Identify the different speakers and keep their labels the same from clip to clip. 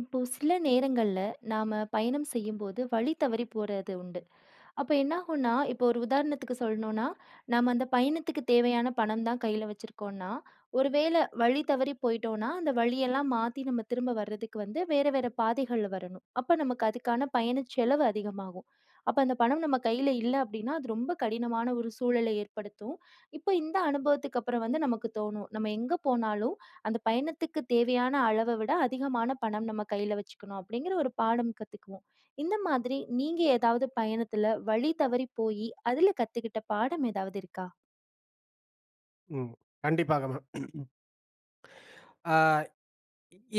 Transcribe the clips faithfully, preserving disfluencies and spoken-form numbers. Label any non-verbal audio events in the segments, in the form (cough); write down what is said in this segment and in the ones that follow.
Speaker 1: இப்போ சில நேரங்கள்ல நாம பயணம் செய்யும்போது வழி தவறி போறது உண்டு. அப்ப என்னாகும்னா, இப்போ ஒரு உதாரணத்துக்கு சொல்லணும்னா, நம்ம அந்த பயணத்துக்கு தேவையான பணம் தான் கையில வச்சிருக்கோம்னா, ஒரு வேள வழி தவறி போயிட்டோம்னா, அந்த வழியெல்லாம் மாத்தி நம்ம திரும்ப வர்றதுக்கு வந்து வேற வேற பாதைகள்ல வரணும். அப்ப நமக்கு அதுக்கான பயணச் செலவு அதிகமாகும். அப்ப அந்த பணம் நம்ம கையில இல்ல அப்டின்னா, அது ரொம்ப கடினமான ஒரு சூழலை ஏற்படுத்தும். இப்போ இந்த அனுபவத்துக்கு அப்புறம் வந்து நமக்கு தோணும். நம்ம எங்க போனாலும் அந்த பயணத்துக்கு தேவையான அளவ விட அதிகமான பணம் நம்ம கையில வச்சுக்கணும் அப்டிங்கிற ஒரு பாடம் கத்துக்குவோம். இந்த மாதிரி நீங்க ஏதாவது பயணத்துல வழி தவறி போயி, அதுல கத்துக்கிட்ட பாடம் ஏதாவது இருக்கா?
Speaker 2: ம். கண்டிப்பாக மேம். ஆ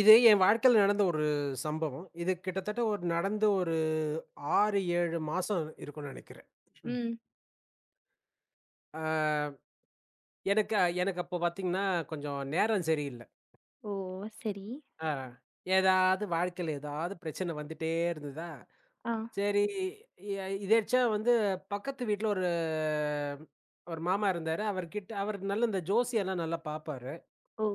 Speaker 2: இது என் வாழ்க்கையில நடந்த ஒரு சம்பவம். இது கிட்டத்தட்ட ஒரு நடந்து ஒரு ஆறு, ஏழு மாசம் இருக்கும்னு நெனைக்கிறேன்.
Speaker 1: ம்.
Speaker 2: ஆ எனக்கு எனக்கு அப்போ பார்த்தீங்கன்னா, கொஞ்சம் நேரம் சரியில்ல.
Speaker 1: ஓ! சரி.
Speaker 2: ஆ ஏதாவது வாழ்க்கையில ஏதாவது பிரச்சனை வந்துட்டே இருந்ததா,
Speaker 1: ஆ.
Speaker 2: சரி. எ எதேர்ச்சயா வந்து பக்கத்து வீட்ல ஒரு ஒரு மாமா இருந்தாரு. அவர்கிட்ட அவர் நல்ல இந்த ஜோசியெல்லாம் நல்லா பார்ப்பாரு.
Speaker 1: ஓ!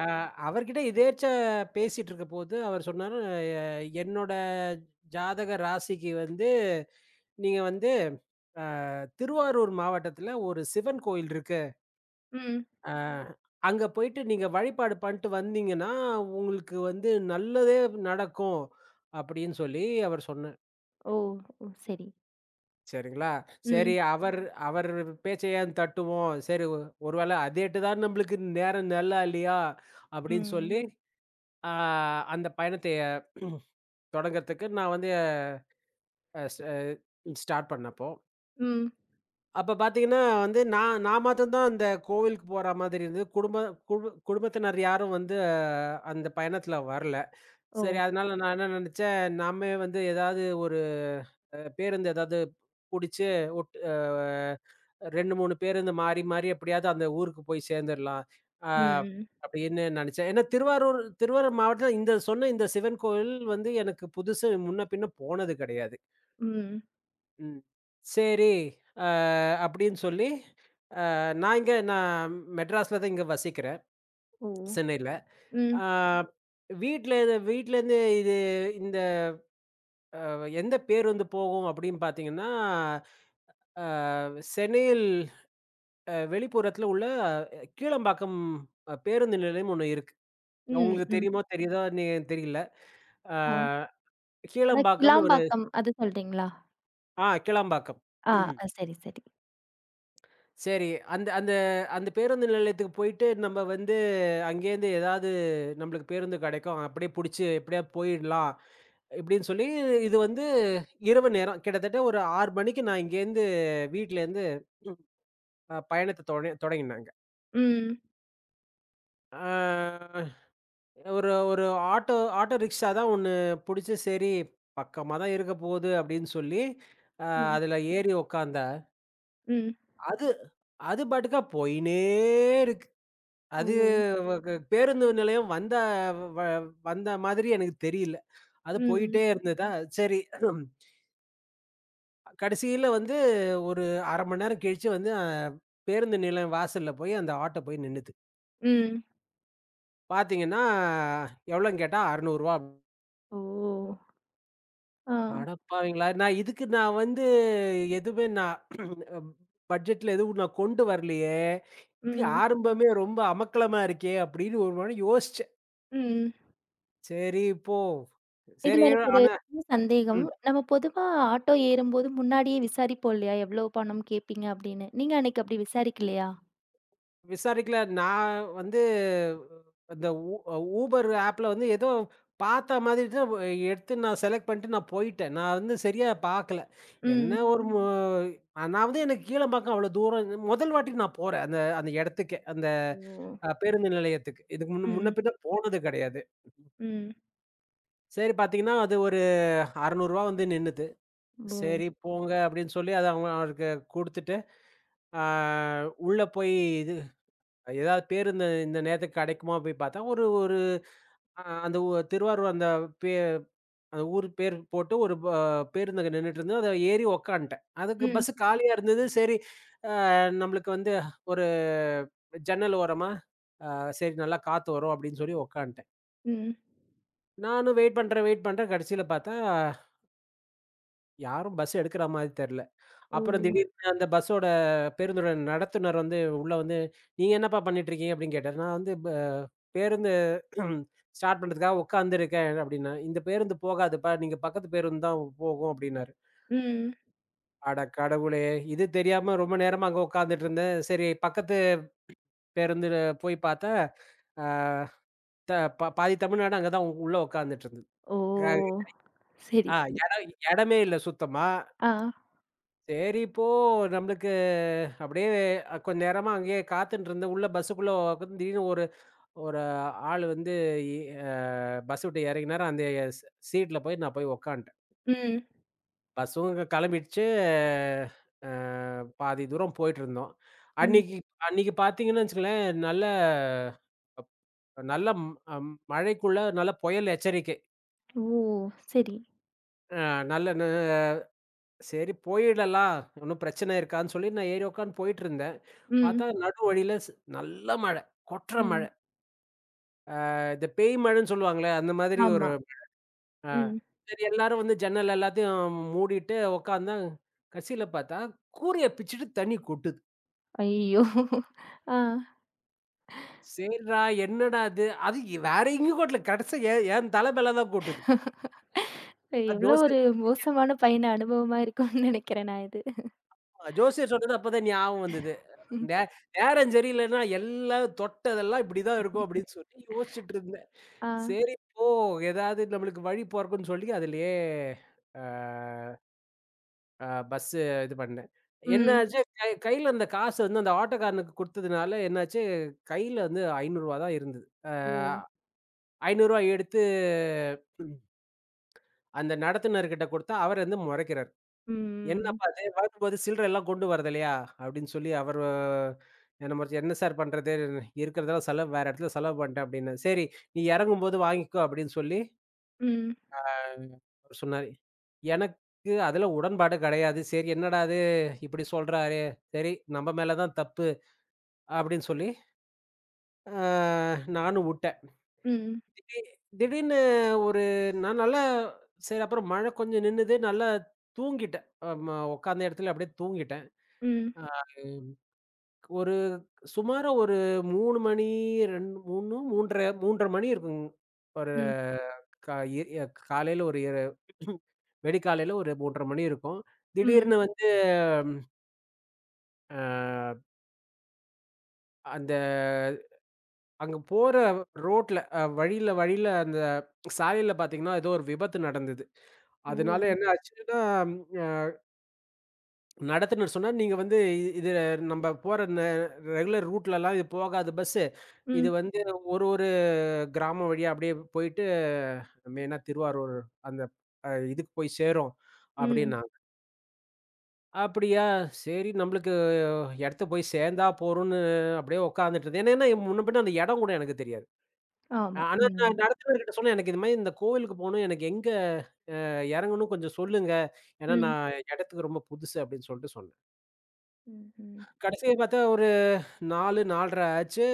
Speaker 2: ஆ அவர்கிட்ட எதேர்ச்சா பேசிட்டு இருக்கபோது, அவர் சொன்னாரு, "எ என்னோட ஜாதக ராசிக்கு வந்து, நீங்க வந்து அ திருவாரூர் மாவட்டத்துல ஒரு சிவன் கோயில் இருக்கு.
Speaker 1: ம்.
Speaker 2: அ அங்க போயிட்டு நீங்க வழிபாடு பண்ட்டு வந்தீங்கன்னா, உங்களுக்கு வந்து நல்லதே நடக்கும்." அப்படின்னு சொல்லி அவர் சொன்னார்.
Speaker 1: ஓ! ஓ! சரி.
Speaker 2: சரிங்களா? சரி.
Speaker 1: ம்.
Speaker 2: அவர் அவர் பேச்ச ஏன் தட்டுவோம்? சரி, ஒருவேள அதேட்டு தான் நம்மளுக்கு நேரம் நல்லா இல்லையா? அப்படின்னு
Speaker 1: ம்.
Speaker 2: சொல்லி ஆ அந்த பயணத்தை (clears throat) தொடங்கறதுக்கு நான் வந்து அ ஸ் அ ஸ்டார்ட் பண்ணப்போ,
Speaker 1: ம்.
Speaker 2: அப்ப பார்த்தீங்கன்னா வந்து நான் நான் மாத்தரம் தான் அந்த கோவிலுக்கு போற மாதிரி இருந்தது. குடும்ப குடு குடும்பத்தினர் யாரும் வந்து அஹ், அந்த பயணத்துல வரல.
Speaker 1: ஓ!
Speaker 2: சரி, அதனால நான் என்ன நெனச்சேன், நாமே வந்து ஏதாவது ஒரு அ பேருந்து ஏதாவது புடிச்சு ஒட் அ ரெண்டு, மூணு பேருந்து மாறி, மாறி எப்படியாவது அந்த ஊருக்கு போய் சேர்ந்துரலாம். அ
Speaker 1: ம்.
Speaker 2: அப்படின்னு நெனச்சேன். ஏன்னா திருவாரூர் திருவாரூர் மாவட்டத்தில இந்த சொன்ன இந்த சிவன் கோவில் வந்து எனக்கு புதுசு, முன்ன பின்ன போனது கிடையாது.
Speaker 1: ம்.
Speaker 2: ம். சரி, அ அப்படின்னு சொல்லி, அ நான் இங்க நான் மெட்ராஸ்ல தான் இங்க வசிக்கிறேன்,
Speaker 1: ஓ!
Speaker 2: சென்னையில.
Speaker 1: ம்.
Speaker 2: அ வீட்ல இத வீட்லேருந்து இது இந்த எந்த பேருந்து போகும் அப்படின்னு பார்த்தீங்கன்னா, அ சென்னையில் அ வெளிப்புறத்துல உள்ள அ கீழம்பாக்கம் அ பேருந்து நிலையம் ஒண்ணு இருக்கு.
Speaker 1: ம்.
Speaker 2: உங்களுக்கு
Speaker 1: ம்.
Speaker 2: தெரியுமா? தெரியுதா? நெ தெரியல. ஆ
Speaker 1: ஆ. அதான்
Speaker 2: கீழம்பாக்கம்னு ஒரு.
Speaker 1: கிளாம்பாக்கம் அது சொல்றீங்களா?
Speaker 2: ஆ கீழம்பாக்கம்.
Speaker 1: ஆ, அ சரி, சரி.
Speaker 2: சரி. அந்த அந்த அந்த பேருந்து நிலையத்துக்கு போயிட்டு நம்ம வந்து அங்கேருந்து ஏதாவது நம்மளுக்கு பேருந்து கிடைக்கும். அப்படியே புடிச்சு எப்படியாவது போயிடலாம். இப்படின்னு சொல்லி இது வந்து இரவு நேரம். கிட்டத்தட்ட ஒரு ஆறு மணிக்கு நான் இங்கேருந்து வீட்லேருந்து அ பயணத்த தொட தொடங்கினாங்க.
Speaker 1: ம்.
Speaker 2: ஆ ஒரு ஒரு ஆட்டோ ஆட்டோ ரிக்ஷா தான் ஒண்ணு புடிச்சு, சரி பக்கமா தான் இருக்க போகுது அப்படின்னு சொல்லி, அ
Speaker 1: ம்.
Speaker 2: அதுல ஏறி உட்கார்ந்தேன்.
Speaker 1: ம்.
Speaker 2: அது அது பாட்டுக்கா போயின்னே இருக்கு.
Speaker 1: ஓ!
Speaker 2: அது வ க பேருந்து நிலையம் வந்த வ வந்த மாதிரி எனக்கு தெரியல. அது
Speaker 1: ம்.
Speaker 2: போயிட்டே இருந்ததா, சரி. (clears throat) கடைசியில வந்து ஒரு அரை மணி நேரம் கழிச்சு வந்து அ பேருந்து நிலையம் வாசல்ல போய் அந்த ஆட்டோ போய் நின்னுது.
Speaker 1: ம்.
Speaker 2: பார்த்தீங்கன்னா, எவ்வளோன்னு கேட்டா ரூ. அறுநூறு.
Speaker 1: ஓ! ஆ.
Speaker 2: அடப்பாவிங்களா! நான் இதுக்கு நான் வந்து எதுவுமே நான் (clears throat) பட்ஜெட்ல எதுவும் நான் கொண்டு வரலையே! இது
Speaker 1: ம்.
Speaker 2: ஆரம்பமே ரொம்ப அமர்க்களமா இருக்கே! அப்படின்னு ஒரு முறை யோசிச்சேன்.
Speaker 1: ம்.
Speaker 2: சரி. போ. சரி.
Speaker 1: இதுல எனக்கு ஒரு
Speaker 2: ஆனா
Speaker 1: சின்ன சந்தேகம்.
Speaker 2: ம்.
Speaker 1: நம்ம பொதுவா ஆட்டோ ஏறும்போது முன்னாடியே விசாரிப்போம் இல்லையா? எவ்ளோ பணம் கேட்பீங்க அப்படின்னு. நீங்க அன்னைக்கு அப்படி விசாரிக்கலையா?
Speaker 2: விசாரிக்கல. நான் வந்து அந்த ஊ ஊபர் ஆப்ல வந்து ஏதோ பார்த்த மாதிரி தான் எடுத்து நான் செலக்ட் பண்ணிட்டு நான் போயிட்டேன். நான் வந்து சரியா பார்க்கல. என்ன
Speaker 1: ம்.
Speaker 2: ஒரு மு நான் வந்து எனக்கு கீழம்பாக்கம் அவ்வளோ தூரம் முதல் வாட்டி நான் போறேன். அந்த அந்த இடத்துக்கே. அந்த
Speaker 1: ஓ!
Speaker 2: அ பேருந்து நிலையத்துக்கு. இதுக்கு முன்ன முன்ன
Speaker 1: ம்.
Speaker 2: பின்ன போனது கிடையாது.
Speaker 1: ம்.
Speaker 2: சரி, பார்த்தீங்கன்னா, அது ஒரு ரூ. அறுநூறு வந்து நின்னுது.
Speaker 1: ஓ!
Speaker 2: சரி, போங்க அப்படின்னு சொல்லி அத அவங்க அவருக்கு குடுத்துட்டு, ஆ உள்ள போய் இது ஏதாவது பேருந்து இந்த இந்த நேரத்துக்கு கெடைக்குமா போய் பார்த்தா, ஒரு ஒரு அ அந்த ஊ திருவாரூர் அந்த பே அந்த ஊர் பேர் போட்டு ஒரு ப பேருந்து அங்க நின்னுட்டு இருந்தது. அத ஏறி உக்காந்துட்டேன். அதுக்கு
Speaker 1: ம்.
Speaker 2: பஸ் காலியா இருந்தது. சரி. அ, நம்மளுக்கு வந்து ஒரு ஜன்னல் ஓரமா, அ சரி நல்லா காத்து வரும் அப்படின்னு சொல்லி உக்காந்துட்டேன்.
Speaker 1: ம்.
Speaker 2: நானும் வெயிட் பண்றேன், வெயிட் பண்றேன். கடைசியில பார்த்தா, யாரும் பஸ் எடுக்கிற மாரி தெர்ல.
Speaker 1: ஓ!
Speaker 2: அப்புறம் திடீர்னு அந்த பஸ்ஸோட பேருந்தோட நடத்துனர் வந்து உள்ள வந்து, "நீங்க என்னப்பா பண்ணிட்டுருக்கீங்க?" அப்படின்னு கேட்டாரு. நான் வந்து ப பேருந்து ஸ்டார்ட் பண்றதுக்காக உட்காந்துருக்கேன் அப்படின்னேன். "இந்த பேருந்து போகாதுப்பா. நீங்க பக்கத்து பேருந்து தான் போகும்" அப்படின்னாரு.
Speaker 1: ம்.
Speaker 2: அட கடவுளே! இது தெரியாம ரொம்ப நேரமா அங்க உட்காந்துட்டு இருந்தேன். சரி, பக்கத்து பேருந்துல போய் பார்த்தா, ஆ த ப பாதி தமிழ்நாடு அங்க தான் உள்ள உட்காந்துட்டு இருந்தது. க-
Speaker 1: ஓ! சரி,
Speaker 2: ஆ
Speaker 1: சரி.
Speaker 2: இடம் இடமே இல்ல சுத்தமா.
Speaker 1: ஆ.
Speaker 2: சரி, இப்போ நம்மளுக்கு அப்படியே அ கொஞ்ச நேரமா அங்கேயே காத்துன்ட்டு இருந்தேன். உள்ள பஸ்ஸுக்குள்ள உக்காந்து திடீர்னு ஒரு ஒரு ஆள் வந்து இ அ பஸ் விட்டு இறங்கினாரு. அந்த ஸ் சீட்ல போய் நான் போய் உக்காந்துட்டேன்.
Speaker 1: ம்.
Speaker 2: பஸ்ஸும் இங்க கிளம்பிடுச்சு. அ பாதி தூரம் போயிட்டுருந்தோம்.
Speaker 1: ம்.
Speaker 2: அன்னைக்கு அன்னைக்கு பார்த்தீங்கன்னு வச்சுக்கோங்களேன், நல்ல நல்ல ம் அம் மழைக்குள்ள நல்ல புயல் எச்சரிக்கை.
Speaker 1: ஓ! சரி.
Speaker 2: அ நல்ல ந சரி, போயிடலாம். ஒண்ணும் பிரச்சனை இருக்காதுன்னு சொல்லி நான் ஏறி உக்காந்து போயிட்டுருந்தேன்.
Speaker 1: ம்.
Speaker 2: பார்த்தா நடு வழியில ஸ் நல்ல மழை. கொட்ற
Speaker 1: ம்.
Speaker 2: மழை. அ இந்த பேய் மழைன்னு சொல்லுவாங்கல்ல, அந்த மாதிரி ஒரு.
Speaker 1: ஆமா.
Speaker 2: அ
Speaker 1: ம்.
Speaker 2: சரி, எல்லாரும் வந்து ஜன்னல் எல்லாத்தையும் மூடிட்டு உட்காந்தா, கடைசில பார்த்தா கூரைய பிச்சுட்டு தண்ணி கொட்டுது.
Speaker 1: ஐயோ! ஆ.
Speaker 2: சேர்ரா என்னடா இது? அது இ- வேற எங்கேயும் கொட்டல. கடைசில என் என் தலை மேல தான் கொட்டுது. அது
Speaker 1: எவ்ளோ ஒரு
Speaker 2: ஜோசியர்
Speaker 1: மோசமான பயண அனுபவமா இருக்கும்னு நெனைக்கிறேன் நான் இது.
Speaker 2: சொன்னா ஜோசியர் சொன்னது அப்பதான் ஞாபகம் வந்தது. நே நேரம் சரியில்லன்னா எல்லாம் தொட்டதெல்லாம் இப்படிதான் இருக்கும் அப்படின்னு சொல்லி யோசிச்சுட்டு இருந்தேன்.
Speaker 1: ஆ.
Speaker 2: சரி, இப்போ ஏதாவது நம்மளுக்கு வழி பொறக்கும்ன்னு சொல்லி அதிலயே அ ஆ பஸ் இது பண்ணேன்.
Speaker 1: Mhm.
Speaker 2: என்னாச்சு கை கையில இருந்த காசு வந்து அந்த ஆட்டோக்காரனுக்கு குடுத்ததுனால என்னாச்சு, கையில வந்து ரூ. ஐநூறு தான் இருந்தது. ஆ
Speaker 1: Oh.
Speaker 2: ரூ. ஐநூறு எடுத்து அந்த நடத்துனர்கிட்ட குடுத்தா, அவர் வந்து முறைக்கிறாரு.
Speaker 1: Mhm,
Speaker 2: "என்னப்பா அது வரும்போது சில்லற எல்லாம் கொண்டு வரது இல்லையா?" அப்படின்னு சொல்லி அவர் நம்ம "என்ன சார் பண்றது? இருக்கிறதெல்லாம் செலவு வேற இடத்துல செலவு பண்ணிட்டேன்" அப்படின்னேன். "சரி, நீ இறங்கும்போது வாங்கிக்கோ" அப்படின்னு சொல்லி
Speaker 1: mhm,
Speaker 2: ஆ அவரு சொன்னாரு. எனக்கு அதுல உடன்பாடு கிடையாது. சரி, என்னடா இது இப்படி சொல்றாரே! சரி, நம்ம மேல தான் தப்பு அப்படின்னு சொல்லி ஆ நானும் உட்டேன்.
Speaker 1: mhm,
Speaker 2: திடீ திடீர்னு ஒரு நான் நல்லா. சரி, அப்புறம் மழை கொஞ்சம் நின்னுது. நல்லா தூங்கிட்டேன். ஆமா, உட்காந்த இடத்துல அப்படியே தூங்கிட்டேன்.
Speaker 1: mhm,
Speaker 2: ஆ ஒரு சுமாரா ஒரு மூணு மணி ரெண்டு மூணு மூணு அரை மூணு அரை மணி இருக்குங்க. ஒரு
Speaker 1: mhm,
Speaker 2: கா எ எ காலையில ஒரு எ விடிக்காலையில (clears throat) ஒரு மூணு அரை மணி இருக்கும்.
Speaker 1: mhm,
Speaker 2: திடீர்னு வந்து அ அந்த அங்க போற ரோட்ல அ வழியில வழியில அந்த சாலையில பார்த்தீங்கன்னா, ஏதோ ஒரு விபத்து நடந்தது. அதனால
Speaker 1: Oh.
Speaker 2: என்ன ஆச்சுன்னா, அ நடத்துனர் சொன்னார், "நீங்க வந்து இ- இது நம்ப போற ந ரெகுலர் ரூட்லலாம் இது போகாது பஸ்ஸு. இது
Speaker 1: mhm,
Speaker 2: வந்து ஒரு ஒரு கிராமம் வழியா அப்படியே போயிட்டு மெயினா திருவாரூர் அந்த அ இதுக்கு போய் சேரும்"
Speaker 1: mhm.
Speaker 2: அப்படின்னாங்க. அப்படியா! சரி, நம்மளுக்கு இடத்த போய் சேர்ந்தா போறோம்ன்னு அப்படியே உட்கார்ந்துட்டு இருந்தேன். ஏன்னா ஏன்னா முன்ன பின்ன அந்த இடம் கூட எனக்கு தெரியாது.
Speaker 1: ஆமா.
Speaker 2: ஆ- ஆனா
Speaker 1: ம்.
Speaker 2: நான் நடத்துனர்கிட்ட சொன்னேன். எனக்கு இந்த மாதிரி இந்த கோவிலுக்கு போணும். எனக்கு எங்க இறங்கணும் கொஞ்சம் சொல்லுங்க. ஏன்னா
Speaker 1: ம்.
Speaker 2: நான் இடத்துக்கு ரொம்ப புதுசு அப்படின்னு சொல்லிட்டு சொன்னேன்.
Speaker 1: ம்ஹ்ம்.
Speaker 2: கடைசியா பார்த்தா ஒரு நாலு நாலரை ஆச்சு.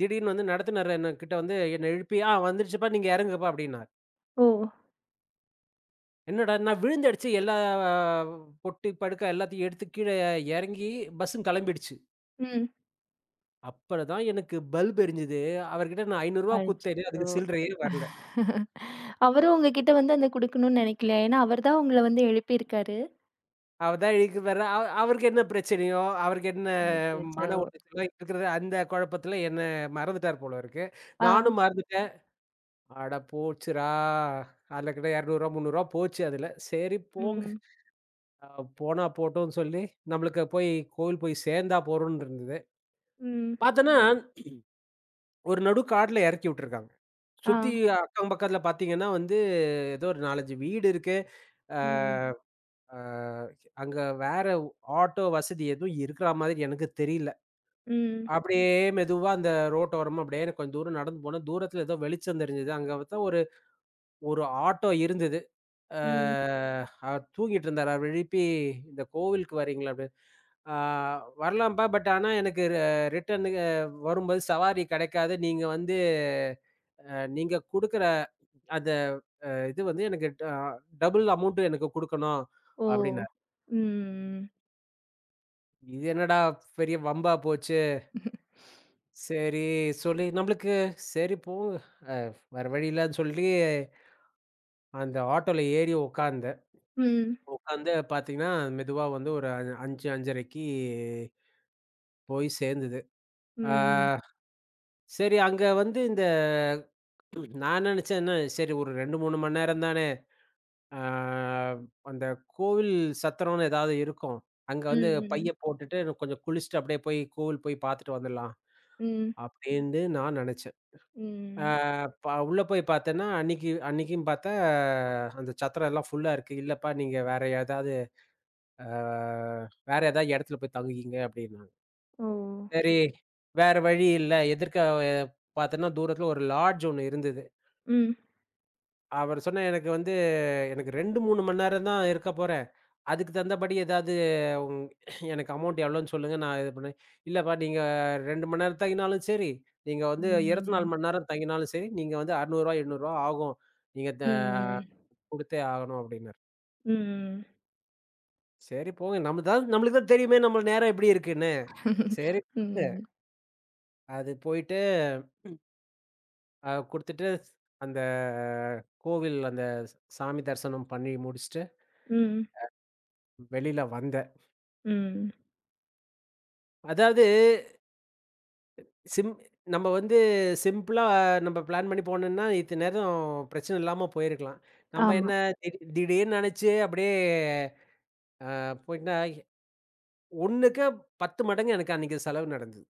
Speaker 2: திடீர்னு வந்து நடத்துனர் என்கிட்ட வந்து என்ன எழுப்பி, "ஆ வந்துருச்சுப்பா நீங்க இறங்குப்பா" அப்படின்னாரு.
Speaker 1: ஓ!
Speaker 2: என்னடா! நான் விழுந்தடிச்சு எல்லா அஹ், பொட்டி, படுக்கை எல்லாத்தையும் எடுத்து கீழ இறங்கி பஸ்ஸும் கிளம்பிடுச்சு.
Speaker 1: ம்.
Speaker 2: அப்புறம் தான் எனக்கு பல்ப் எரிஞ்சது. அவர்கிட்ட நான் ரூ. ஐநூறு குடுத்தேனே
Speaker 1: அச்சோ!
Speaker 2: அதுக்கு சில்லறையே வரல.
Speaker 1: அவரும் உங்ககிட்ட வந்து அந்த குடுக்கணும்னு நினைக்கலையா? ஏன்னா அவர் தான் உங்கள வந்து எழுப்பியிருக்காரு.
Speaker 2: அவர் தான் இதுக்கு வேற அ அவருக்கு என்ன பிரச்சனையோ, அவருக்கு என்ன மன
Speaker 1: அச்சச்சோ!
Speaker 2: உளைச்சலோ இருக்கிறது அந்த குழப்பத்தில என்ன மறந்துட்டார் போல இருக்கு.
Speaker 1: ஆ,
Speaker 2: நானும் மறந்துட்டேன். அட போச்சுடா! அதில கிட்ட ரூ. இருநூறு ரூ. முந்நூறு போச்சு அதில. சரி, போங்க.
Speaker 1: ம்,
Speaker 2: அ போனா போட்டும்ன்னு சொல்லி நம்மளுக்கு போய் கோவில் போய் சேர்ந்தா போறோம்னு இருந்தது.
Speaker 1: ம்,
Speaker 2: பார்த்தோன்னா ஒரு நடு காட்ல எறக்கி விட்டுருக்காங்க.
Speaker 1: ஆ,
Speaker 2: சுத்தி அக்கம் பக்கத்துல பாத்தீங்கன்னா வந்து, ஏதோ ஒரு நாலு, அஞ்சு வீடு இருக்கு. அ
Speaker 1: ம்,
Speaker 2: ம். அ அங்க வேற ஆட்டோ வசதி எதுவும் இருக்கிற மாதிரி எனக்கு தெரியல. ம்.
Speaker 1: ம்,
Speaker 2: அப்படியே மெதுவா அந்த ரோட்டோரமா அப்படியே எனக்கு கொஞ்சம் தூரம் நடந்து போனேன். தூரத்துல ஏதோ வெளிச்சம் தெரிஞ்சது. அங்க பார்த்தா ஒரு ஒரு ஆட்டோ இருந்தது. அ
Speaker 1: ம்.
Speaker 2: அவர் தூங்கிட்டு இருந்தாரு. அவர எழுப்பி, "இந்த கோவிலுக்கு வரீங்களா?" அப்படின்னு. "ஆ வரலாம்ப்பா. பட் ஆனா எனக்கு ரி ரிட்டர்னுக்கு வரும்போது சவாரி கெடைக்காது. நீங்க வந்து அ நீங்க குடுக்குற அந்த அ இது வந்து எனக்கு ட டபுள் அமௌண்ட் எனக்கு குடுக்கணும்"
Speaker 1: ஓ!
Speaker 2: அப்டின்னாரு.
Speaker 1: ம்,
Speaker 2: இது என்னடா பெரிய வம்பா போச்சு. சரி, சொல்லி நம்மளுக்கு சரி போங்க அ வேற வழி இல்லன்னு சொல்லி அந்த ஆட்டோல ஏறி உட்கார்ந்தேன்.
Speaker 1: ம்,
Speaker 2: உட்கார்ந்து பார்த்தீங்கன்னா, மெதுவா வந்து ஒரு அஞ்சு 5:30க்கு போய் சேர்ந்தது. ஆ
Speaker 1: ம்,
Speaker 2: சரி, அங்க வந்து இந்த நான் நெனச்சேன் என்ன சரி ஒரு ரெண்டு, மூணு மணி நேரம் தானே. ஆ அந்த கோவில் சத்திரம்னு ஏதாவது இருக்கும். அங்க வந்து
Speaker 1: ம், ம்,
Speaker 2: பைய ம். போட்டுட்டு கொஞ்சம் குளிச்சுட்டு அப்படியே போய் கோவில் போய் பார்த்துட்டு வந்துடலாம்.
Speaker 1: ம்,
Speaker 2: அப்படின்னு நான் நெனச்சேன். ஆ
Speaker 1: ம்.
Speaker 2: ப உள்ள போய் பார்த்தேன்னா, அன்னைக்கு அன்னைக்கும் பார்த்தா அந்த சத்திரம் எல்லாம் ஃபுல்லா இருக்கு. இல்லப்பா நீங்க வேற ஏதாவது ஆ வேற ஏதாவது இடத்துல போய் தங்குகிங்க அப்படின்னாங்க.
Speaker 1: ஓ!
Speaker 2: சரி, வேற வழி இல்ல. எதிர்க்க அஹ், பார்த்தோன்னா தூரத்துல ஒரு லாட்ஜ் ஒண்ணு இருந்தது.
Speaker 1: ம்.
Speaker 2: அவர் சொன்ன எனக்கு வந்து எனக்கு ரெண்டு, மூணு மணி நேரம் தான் இருக்க போறேன். அதுக்கு தகுந்தபடி ஏதாவது உங் எனக்கு அமௌண்ட் எவ்வளோன்னு சொல்லுங்க. நான் இது பண்ணேன். இல்லப்பா நீங்க ரெண்டு மணி நேரம் தங்கினாலும் சரி, நீங்க வந்து இருபத்தி நாலு
Speaker 1: ம்.
Speaker 2: மணி நேரம் தங்கினாலும் சரி, நீங்க வந்து ரூ. அறுநூறு ரூ. எண்ணூறு ஆகும். நீங்க த
Speaker 1: ம்.
Speaker 2: குடுத்தே ஆகணும் அப்டின்னாரு.
Speaker 1: ம்.
Speaker 2: சரி, போங்க. நம்ம தான் நம்மளுக்கு தான் தெரியுமே நம்ம நேரம் எப்டி இருக்குன்னு. சரி,
Speaker 1: ம்.
Speaker 2: அது போயிட்டு அ குடுத்துட்டு அந்த கோவில் அந்த சாமி தரிசனம் பண்ணி முடிச்சுட்டு
Speaker 1: ம்.
Speaker 2: வெளில வந்தேன்.
Speaker 1: ம்.
Speaker 2: அதாவது சிம் நம்ம வந்து சிம்பிளா நம்ம பிளான் பண்ணி போனோம்னா, இத்த நேரம் பிரச்சனை இல்லாம போயிருக்கலாம். நம்ம
Speaker 1: ஆமா.
Speaker 2: என்ன திடீ திடீர்னு நெனச்சு அப்படியே அ போயிட்டா, ஒண்ணுக்கு பத்து மடங்கு எனக்கு அன்னைக்கு செலவு நடந்தது.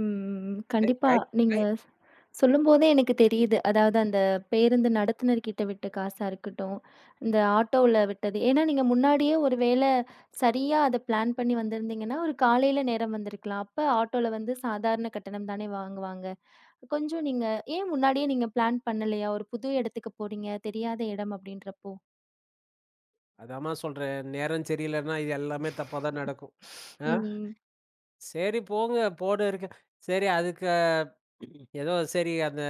Speaker 1: ம்.
Speaker 2: ஏய்,
Speaker 1: கண்டிப்பா.
Speaker 2: கை
Speaker 1: நீங்க
Speaker 2: கை
Speaker 1: ஸ் சொல்லும்போதே எனக்கு தெரியுது. அதாவது அந்த பேருந்து நடத்துனர்கிட்ட விட்ட காசா இருக்கட்டும், இந்த ஆட்டோவுல விட்டது. ஏன்னா நீங்க முன்னாடியே ஒரு வேள சரியா அத பிளான் பண்ணி வந்திருந்தீங்கன்னா, ஒரு காலையில நேரம் வந்திருக்கலாம். அப்ப ஆட்டோல வந்து சாதாரண கட்டணம் தானே வாங்குவாங்க. கொஞ்சம் நீங்க ஏன் முன்னாடியே நீங்க பிளான் பண்ணலையா? ஒரு புது இடத்துக்கு போறீங்க, தெரியாத இடம் அப்படின்றப்போ?
Speaker 2: அதாம்மா சொல்றேன். நேரம் சரியில்லன்னா, இது எல்லாமே தப்பா தான் நடக்கும். அ.
Speaker 1: ம்.
Speaker 2: சரி, போங்க போடு இருக்கு. சரி, அதுக்கு ஏதோ சரி அந்த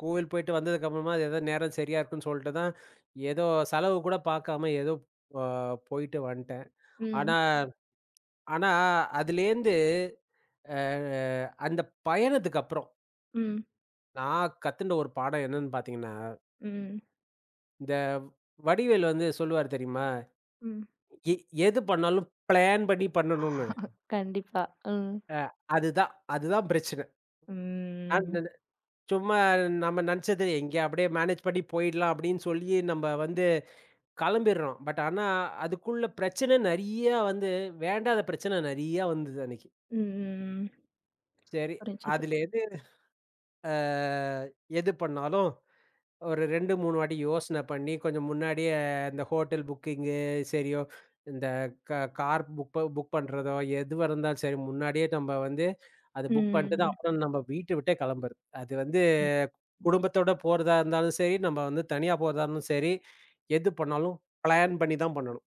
Speaker 2: கோவில் போயிட்டு வந்ததுக்கு அப்புறமா அது ஏதோ நேரம் சரியா இருக்குன்னு சொல்லிட்டு தான், ஏதோ செலவு கூட பார்க்காம ஏதோ அ போயிட்டு வந்துட்டேன்.
Speaker 1: ம்.
Speaker 2: ஆனா ம். ஆனா அதுலேருந்து அ அந்த பயணத்துக்கு அப்புறம்
Speaker 1: ம்.
Speaker 2: நான் கத்துண்ட ஒரு பாடம் என்னன்னு பார்த்தீங்கன்னா,
Speaker 1: ம்.
Speaker 2: இந்த வடிவேலு வந்து சொல்லுவாரு தெரியுமா?
Speaker 1: ம்.
Speaker 2: எ எது பண்ணாலும் பிளான் பண்ணி பண்ணணும்னு.
Speaker 1: கண்டிப்பா. ம்.
Speaker 2: அ அதுதான் அதுதான் பிரச்சனை.
Speaker 1: ம்.
Speaker 2: சும்மா நம்ம நினச்சது எங்கே அப்படியே மேனேஜ் பண்ணி போயிடலாம் அப்படின்னு சொல்லி நம்ம வந்து கிளம்பிடுறோம். பட் ஆனா, அதுக்குள்ள பிரச்சனை நெறையா வந்து வேண்டாத பிரச்சனை நெறையா வந்தது அன்னைக்கு.
Speaker 1: ம். ம்.
Speaker 2: சரி,
Speaker 1: புரிஞ்சது.
Speaker 2: அதில எது அ எது பண்ணாலும் ஒரு ரெண்டு, மூணு வாட்டி யோசனை பண்ணி, கொஞ்சம் முன்னாடியே இந்த ஹோட்டல் புக்கிங்கு சரியோ, இந்த க கார் புக் ப புக் பண்றதோ, எதுவா இருந்தாலும் சரி, முன்னாடியே நம்ம வந்து அது புக் பண்ணிட்டு
Speaker 1: ம்.
Speaker 2: தான் அப்புறம் நம்ம வீட்ட விட்டே கிளம்புறது. அது வந்து குடும்பத்தோட போறதா இருந்தாலும் சரி, நம்ம வந்து தனியா போறதா இருந்தாலும் சரி, எது பண்ணாலும் பிளான் பண்ணி தான் பண்ணணும்.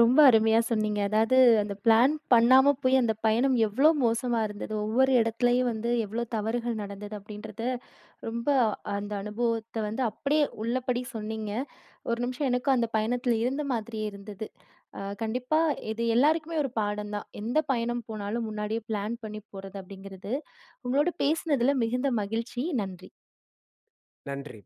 Speaker 1: ரொம்ப அருமையா சொன்னீங்க. அதாவது அந்த பிளான் பண்ணாம போய் அந்த பயணம் எவ்ளோ மோசமா இருந்தது. ஒவ்வொரு இடத்துலயும் வந்து எவ்ளோ தவறுகள் நடந்தது அப்படின்றத ரொம்ப அந்த அனுபவத்த வந்து அப்படியே உள்ளபடி சொன்னீங்க. ஒரு நிமிஷம் எனக்கும் அந்த பயணத்துல இருந்த மாதிரியே இருந்தது. அ கண்டிப்பா இது எல்லாருக்குமே ஒரு பாடம் தான். எந்த பயணம் போனாலும் முன்னாடியே பிளான் பண்ணி போறது அப்படிங்கிறது. உங்களோட பேசினதுல மிகுந்த மகிழ்ச்சி. நன்றி.
Speaker 2: நன்றி.